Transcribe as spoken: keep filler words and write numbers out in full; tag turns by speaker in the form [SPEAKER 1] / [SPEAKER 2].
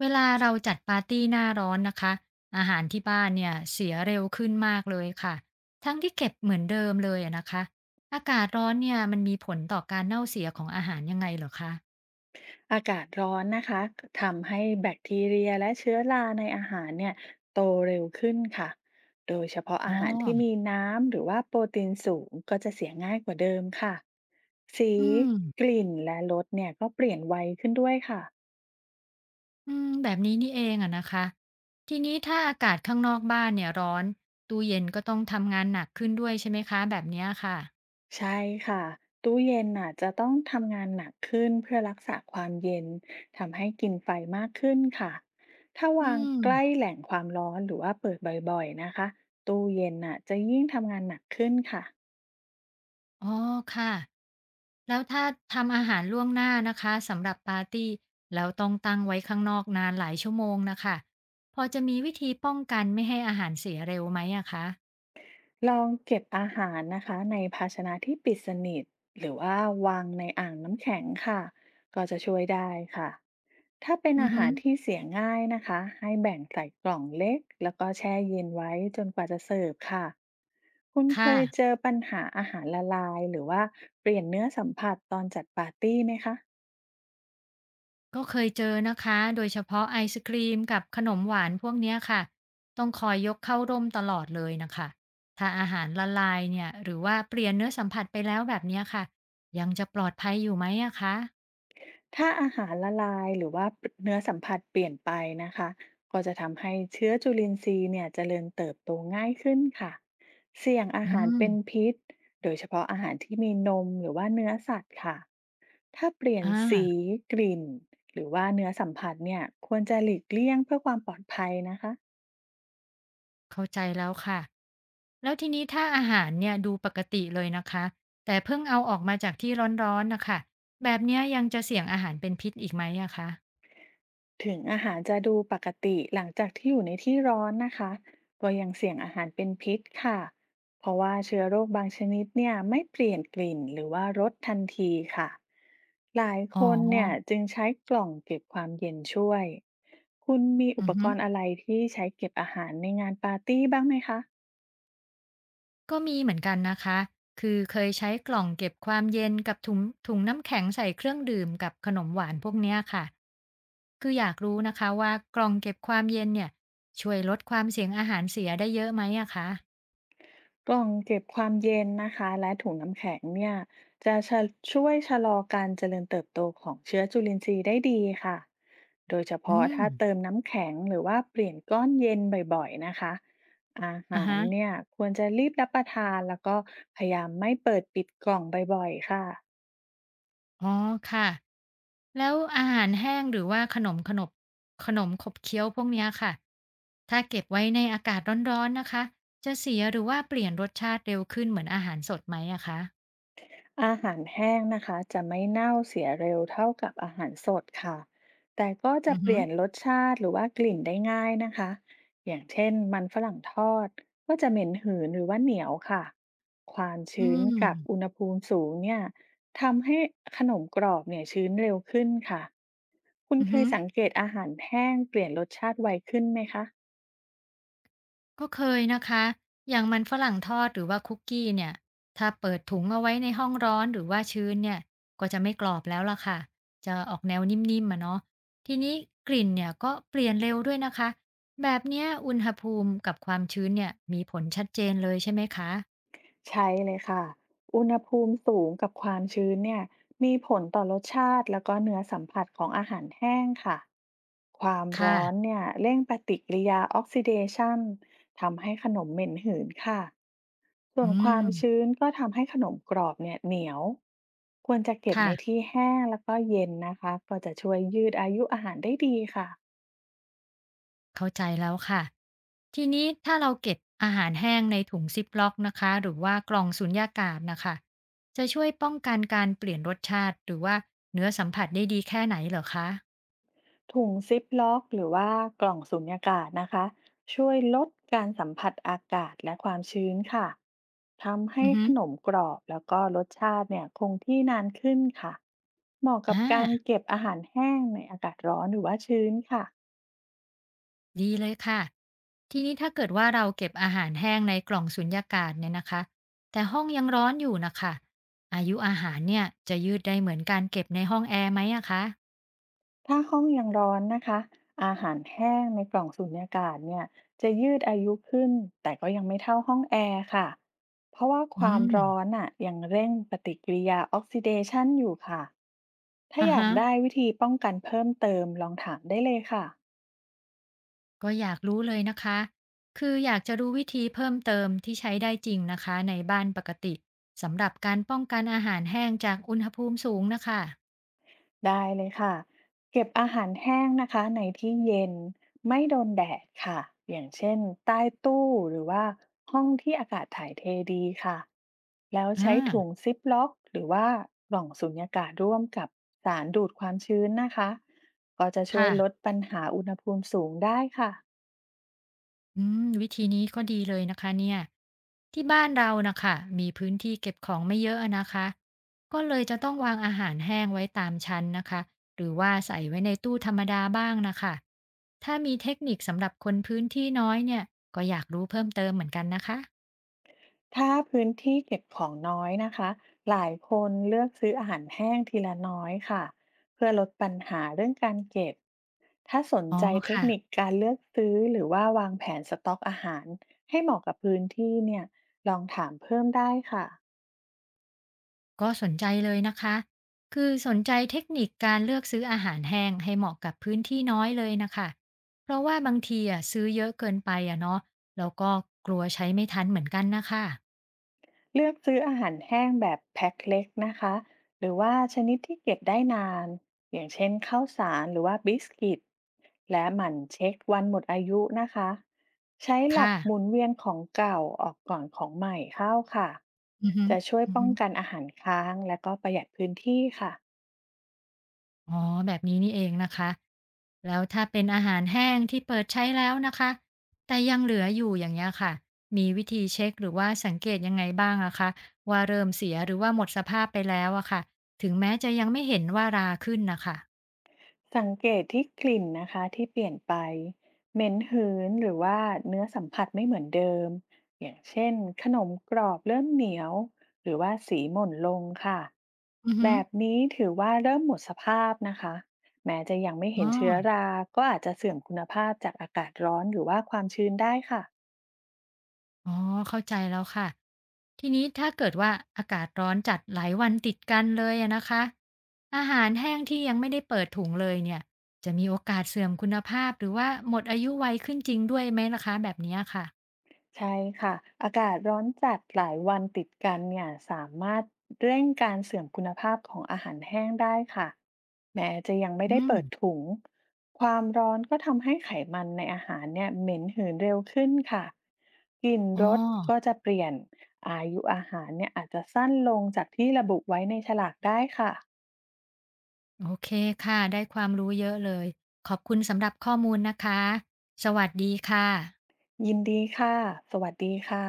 [SPEAKER 1] เวลาเราจัดปาร์ตีหน้าร้อนนะคะอาหารที่บ้านเนี่ยเสียเร็วขึ้นมากเลยค่ะทั้งที่เก็บเหมือนเดิมเลยอะนะคะอากาศร้อนเนี่ยมันมีผลต่อการเน่าเสียของอาหารยังไงเหรอคะ
[SPEAKER 2] อากาศร้อนนะคะทำให้แบคทีเรียและเชื้อราในอาหารเนี่ยโตเร็วขึ้นค่ะ โดยเฉพาะ
[SPEAKER 1] อ๋อ
[SPEAKER 2] อาหารที่มีน้ำหรือว่าโปรตีนสูงก็จะเสียง่ายกว่าเดิมค่ะสี
[SPEAKER 1] อืม
[SPEAKER 2] กลิ่นและรสเนี่ยก็เปลี่ยนไวขึ้นด้วยค่ะ
[SPEAKER 1] อืมแบบนี้นี่เองอะนะคะทีนี้ถ้าอากาศข้างนอกบ้านเนี่ยร้อนตู้เย็นก็ต้องทำงานหนักขึ้นด้วยใช่ไหมคะแบบเนี้ยค่ะ
[SPEAKER 2] ใช่ค่ะ ตู้เย็นน่ะจะต้องทำงานหนักขึ้นเพื่อรักษาความเย็น ทำให้กินไฟมากขึ้นค่ะถ้า
[SPEAKER 1] อื
[SPEAKER 2] วางใกล้
[SPEAKER 1] ม
[SPEAKER 2] แหล่งความร้อนหรือว่าเปิดบ่อยๆนะคะตู้เย็นน่ะจะยิ่งทำงานหนักขึ้นค่ะ
[SPEAKER 1] อ๋อค่ะ แล้วถ้าทำอาหารล่วงหน้านะคะสำหรับปาร์ตี้แล้วต้องตั้งไว้ข้างนอกนานหลายชั่วโมงนะคะพอจะมีวิธีป้องกันไม่ให้อาหารเสียเร็วไหมอะคะ
[SPEAKER 2] ลองเก็บอาหารนะคะในภาชนะที่ปิดสนิทหรือว่าวางในอ่างน้ำแข็งค่ะก็จะช่วยได้ค่ะถ้าเป็น
[SPEAKER 1] อือ
[SPEAKER 2] อา
[SPEAKER 1] ฮึ
[SPEAKER 2] หารที่เสียง่ายนะคะให้แบ่งใส่กล่องเล็กแล้วก็แช่เย็นไว้จนกว่าจะเสิร์ฟค่ะคุณเค
[SPEAKER 1] ค่ะ
[SPEAKER 2] ยเจอปัญหาอาหารละลายหรือว่าเปลี่ยนเนื้อสัมผัสตอนจัดปาร์ตี้ไหมคะ
[SPEAKER 1] ก็เคยเจอนะคะโดยเฉพาะไอศครีมกับขนมหวานพวกเนี้ยค่ะต้องคอยยกเข้าร่มตลอดเลยนะคะถ้าอาหารละลายเนี่ยหรือว่าเปลี่ยนเนื้อสัมผัสไปแล้วแบบเนี้ยค่ะยังจะปลอดภัยอยู่ไหมอะคะ
[SPEAKER 2] ถ้าอาหารละลายหรือว่าเนื้อสัมผัสเปลี่ยนไปนะคะก็จะทำให้เชื้อจุลินทรีย์เนี่ยเจริญเติบโตง่ายขึ้นค่ะเสี่ยงอา
[SPEAKER 1] อื
[SPEAKER 2] หาร
[SPEAKER 1] ม
[SPEAKER 2] เป็นพิษโดยเฉพาะอาหารที่มีนมหรือว่าเนื้อสัตว์ค่ะถ้าเปลี่ยน
[SPEAKER 1] อา
[SPEAKER 2] สีกลิ่นหรือว่าเนื้อสัมผัสเนี่ยควรจะหลีกเลี่ยงเพื่อความปลอดภัยนะคะ
[SPEAKER 1] เข้าใจแล้วค่ะแล้วทีนี้ถ้าอาหารเนี่ยดูปกติเลยนะคะแต่เพิ่งเอาออกมาจากที่ร้อนๆนะคะแบบเนี้ยยังจะเสี่ยงอาหารเป็นพิษอีกไหมอะคะ
[SPEAKER 2] ถึงอาหารจะดูปกติหลังจากที่อยู่ในที่ร้อนนะคะก็ยังเสี่ยงอาหารเป็นพิษค่ะ เพราะว่าเชื้อโรคบางชนิดเนี่ยไม่เปลี่ยนกลิ่นหรือว่ารสทันทีค่ะ หลาย
[SPEAKER 1] อ๋อ
[SPEAKER 2] คนเนี่ยจึงใช้กล่องเก็บความเย็นช่วย คุณมีอุ
[SPEAKER 1] อือ
[SPEAKER 2] ป
[SPEAKER 1] ฮึ
[SPEAKER 2] กรณ์อะไรที่ใช้เก็บอาหารในงานปาร์ตี้บ้างไหมคะ
[SPEAKER 1] ก็มีเหมือนกันนะคะคือเคยใช้กล่องเก็บความเย็นกับถุงถุงน้ำแข็งใส่เครื่องดื่มกับขนมหวานพวกเนี้ยค่ะคืออยากรู้นะคะว่ากล่องเก็บความเย็นเนี่ยช่วยลดความเสี่ยงอาหารเสียได้เยอะไหมอะคะ
[SPEAKER 2] กล่องเก็บความเย็นนะคะและถุงน้ำแข็งเนี่ยจะชะช่วยชะลอการเจริญเติบโตของเชื้อจุลินทรีย์ได้ดีค่ะโดยเฉ
[SPEAKER 1] อื
[SPEAKER 2] พาะ
[SPEAKER 1] ม
[SPEAKER 2] ถ้าเติมน้ำแข็งหรือว่าเปลี่ยนก้อนเย็นบ่อยๆนะคะอา
[SPEAKER 1] อ่ะ
[SPEAKER 2] หาร
[SPEAKER 1] ฮะ
[SPEAKER 2] เนี่ยควรจะรีบรับประทานแล้วก็พยายามไม่เปิดปิดกล่องบ่อยๆค่ะ
[SPEAKER 1] อ๋อค่ะแล้วอาหารแห้งหรือว่าขนมขนบขนมขบเคี้ยวพวกเนี้ยค่ะถ้าเก็บไว้ในอากาศร้อนๆนะคะจะเสียหรือว่าเปลี่ยนรสชาติเร็วขึ้นเหมือนอาหารสดไหมอะคะ
[SPEAKER 2] อาหารแห้งนะคะจะไม่เน่าเสียเร็วเท่ากับอาหารสดค่ะแต่ก็จะ
[SPEAKER 1] อือ
[SPEAKER 2] เป
[SPEAKER 1] ฮึ
[SPEAKER 2] ลี่ยนรสชาติหรือว่ากลิ่นได้ง่ายนะคะอย่างเช่นมันฝรั่งทอดก็จะเหม็นหืนหรือว่าเหนียวค่ะความ
[SPEAKER 1] อื
[SPEAKER 2] ชื้นกับอุณ
[SPEAKER 1] ม
[SPEAKER 2] หภูมิสูงเนี่ยทำให้ขนมกรอบเนี่ยชื้นเร็วขึ้นค่ะคุณ
[SPEAKER 1] อือ
[SPEAKER 2] เค
[SPEAKER 1] ฮึ
[SPEAKER 2] ยสังเกตอาหารแห้งเปลี่ยนรสชาติไวขึ้นไหมคะ
[SPEAKER 1] ก็เคยนะคะ อย่างมันฝรั่งทอดหรือว่าคุกกี้เนี่ย ถ้าเปิดถุงเอาไว้ในห้องร้อนหรือว่าชื้นเนี่ย ก็จะไม่กรอบแล้วล่ะค่ะจะออกแนวนิ่มๆอะเนาะทีนี้กลิ่นเนี่ยก็เปลี่ยนเร็วด้วยนะคะ แบบเนี้ยอุณหภูมิกับความชื้นเนี่ยมีผลชัดเจนเลยใช่ไหมคะ
[SPEAKER 2] ใช่เลยค่ะ อุณหภูมิสูงกับความชื้นเนี่ยมีผลต่อรสชาติแล้วก็เนื้อสัมผัสของอาหารแห้งค่ะ ความร้อน
[SPEAKER 1] ค่ะ
[SPEAKER 2] เนี่ยเร่งปฏิกิริยาออกซิเดชันทำให้ขนมเหม็นหืนค่ะ ส่ว
[SPEAKER 1] อื
[SPEAKER 2] นควา
[SPEAKER 1] ม
[SPEAKER 2] มชื้นก็ทำให้ขนมกรอบเนี่ยเหนียว ควรจะเก็บ
[SPEAKER 1] ค่ะ
[SPEAKER 2] ในที่แห้งแล้วก็เย็นนะคะ ก็จะช่วยยืดอายุอาหารได้ดีค่ะ
[SPEAKER 1] เข้าใจแล้วค่ะทีนี้ถ้าเราเก็บอาหารแห้งในถุงซิปล็อกนะคะหรือว่ากล่องสุญญากาศนะคะจะช่วยป้องกันการเปลี่ยนรสชาติหรือว่าเนื้อสัมผัสได้ดีแค่ไหนเหรอคะ
[SPEAKER 2] ถุงซิปล็อกหรือว่ากล่องสุญญากาศนะคะช่วยลดการสัมผัสอากาศและความชื้นค่ะทำ
[SPEAKER 1] อื
[SPEAKER 2] ให้
[SPEAKER 1] อฮึ
[SPEAKER 2] ขนมกรอบแล้วก็รสชาติเนี่ยคงที่นานขึ้นค่ะเหมาะ
[SPEAKER 1] อ่
[SPEAKER 2] กับการ
[SPEAKER 1] า
[SPEAKER 2] เก็บอาหารแห้งในอากาศร้อนหรือว่าชื้นค่ะ
[SPEAKER 1] ดีเลยค่ะทีนี้ถ้าเกิดว่าเราเก็บอาหารแห้งในกล่องสุญญากาศเนี่ยนะคะแต่ห้องยังร้อนอยู่นะคะอายุอาหารเนี่ยจะยืดได้เหมือนการเก็บในห้องแอร์ไหมอะคะ
[SPEAKER 2] ถ้าห้องยังร้อนนะคะอาหารแห้งในกล่องสูญญากาศเนี่ยจะยืดอายุขึ้นแต่ก็ยังไม่เท่าห้องแอร์ค่ะเพราะว่าค
[SPEAKER 1] อื
[SPEAKER 2] วาม
[SPEAKER 1] ม
[SPEAKER 2] ร้อนอ่ะยังเร่งปฏิกิริยาออกซิเดชันอยู่ค่ะถ้า
[SPEAKER 1] อ่ะ
[SPEAKER 2] อยา
[SPEAKER 1] ฮะ
[SPEAKER 2] กได้วิธีป้องกันเพิ่มเติมลองถามได้เลยค่ะ
[SPEAKER 1] ก็อยากรู้เลยนะคะ คืออยากจะรู้วิธีเพิ่มเติมที่ใช้ได้จริงนะคะในบ้านปกติสำหรับการป้องกันอาหารแห้งจากอุณหภูมิสูงนะคะ
[SPEAKER 2] ได้เลยค่ะเก็บอาหารแห้งนะคะในที่เย็นไม่โดนแดดค่ะอย่างเช่นใต้ตู้หรือว่าห้องที่อากาศถ่ายเทดีค่ะแล้ว
[SPEAKER 1] อ่
[SPEAKER 2] ใช้ถุง
[SPEAKER 1] า
[SPEAKER 2] ซิปล็อกหรือว่ากล่องสุญญากาศร่วมกับสารดูดความชื้นนะคะก็จะช่ว
[SPEAKER 1] ค่ะ
[SPEAKER 2] ยลดปัญหาอุณหภูมิสูงได้ค่ะ
[SPEAKER 1] อืมวิธีนี้ก็ดีเลยนะคะเนี่ยที่บ้านเรานะคะมีพื้นที่เก็บของไม่เยอะอะนะคะก็เลยจะต้องวางอาหารแห้งไว้ตามชั้นนะคะหรือว่าใส่ไว้ในตู้ธรรมดาบ้างนะคะถ้ามีเทคนิคสำหรับคนพื้นที่น้อยเนี่ยก็อยากรู้เพิ่มเติมเหมือนกันนะคะ
[SPEAKER 2] ถ้าพื้นที่เก็บของน้อยนะคะหลายคนเลือกซื้ออาหารแห้งทีละน้อยค่ะเพื่อลดปัญหาเรื่องการเก็บถ้าสน
[SPEAKER 1] อ๋อ
[SPEAKER 2] ใจเทค
[SPEAKER 1] ค่ะ
[SPEAKER 2] นิคการเลือกซื้อหรือว่าวางแผนสต็อกอาหารให้เหมาะกับพื้นที่เนี่ยลองถามเพิ่มได้ค่ะ
[SPEAKER 1] ก็สนใจเลยนะคะ คือสนใจเทคนิคการเลือกซื้ออาหารแห้งให้เหมาะกับพื้นที่น้อยเลยนะคะ เพราะว่าบางทีอ่ะซื้อเยอะเกินไปอ่ะเนาะ แล้วก็กลัวใช้ไม่ทันเหมือนกันนะคะ
[SPEAKER 2] เลือกซื้ออาหารแห้งแบบแพ็คเล็กนะคะ หรือว่าชนิดที่เก็บได้นาน อย่างเช่นข้าวสารหรือว่าบิสกิต และหมั่นเช็ควันหมดอายุนะคะ ใช้หลั
[SPEAKER 1] ค่ะ
[SPEAKER 2] กหมุนเวียนของเก่าออกก่อนของใหม่เข้าค่ะ
[SPEAKER 1] อือฮึ
[SPEAKER 2] จะช่วย
[SPEAKER 1] อือ
[SPEAKER 2] ป้อ
[SPEAKER 1] ฮึ
[SPEAKER 2] งกันอาหารค้างและก็ประหยัดพื้นที่ค่ะ
[SPEAKER 1] อ๋อแบบนี้นี่เองนะคะ แล้วถ้าเป็นอาหารแห้งที่เปิดใช้แล้วนะคะ แต่ยังเหลืออยู่อย่างเงี้ยค่ะ มีวิธีเช็คหรือว่าสังเกตยังไงบ้างอะคะว่าเริ่มเสียหรือว่าหมดสภาพไปแล้วอะค่ะถึงแม้จะยังไม่เห็นว่าราขึ้นนะคะ
[SPEAKER 2] สังเกตที่กลิ่นนะคะที่เปลี่ยนไปเหม็นหืนหรือว่าเนื้อสัมผัสไม่เหมือนเดิมอย่างเช่นขนมกรอบเริ่มเหนียวหรือว่าสีหม่นลงค่ะ
[SPEAKER 1] อือฮึ
[SPEAKER 2] แบบนี้ถือว่าเริ่มหมดสภาพนะคะแม้จะยังไม่
[SPEAKER 1] อ๋
[SPEAKER 2] เห็
[SPEAKER 1] อ
[SPEAKER 2] นเชื้อราก็อาจจะเสื่อมคุณภาพจากอากาศร้อนหรือว่าความชื้นได้ค่ะ
[SPEAKER 1] อ๋อเข้าใจแล้วค่ะทีนี้ถ้าเกิดว่าอากาศร้อนจัดหลายวันติดกันเลยอะนะคะอาหารแห้งที่ยังไม่ได้เปิดถุงเลยเนี่ยจะมีโอกาสเสื่อมคุณภาพหรือว่าหมดอายุไวขึ้นจริงด้วยไหมล่ะคะแบบเนี้ยค่ะ
[SPEAKER 2] ใช่ค่ะอากาศร้อนจัดหลายวันติดกันเนี่ยสามารถเร่งการเสื่อมคุณภาพของอาหารแห้งได้ค่ะแม้จะยังไม่
[SPEAKER 1] อื
[SPEAKER 2] ได้เปิด
[SPEAKER 1] ม
[SPEAKER 2] ถุงความร้อนก็ทำให้ไขมันในอาหารเนี่ยเหม็นหืนเร็วขึ้นค่ะกลิ่น
[SPEAKER 1] อ๋อ
[SPEAKER 2] รสก็จะเปลี่ยนอายุอาหารเนี่ยอาจจะสั้นลงจากที่ระบุไว้ในฉลากได้ค่ะ
[SPEAKER 1] โอเคค่ะได้ความรู้เยอะเลยขอบคุณสำหรับข้อมูลนะคะสวัสดีค่ะ
[SPEAKER 2] ยินดีค่ะสวัสดีค่ะ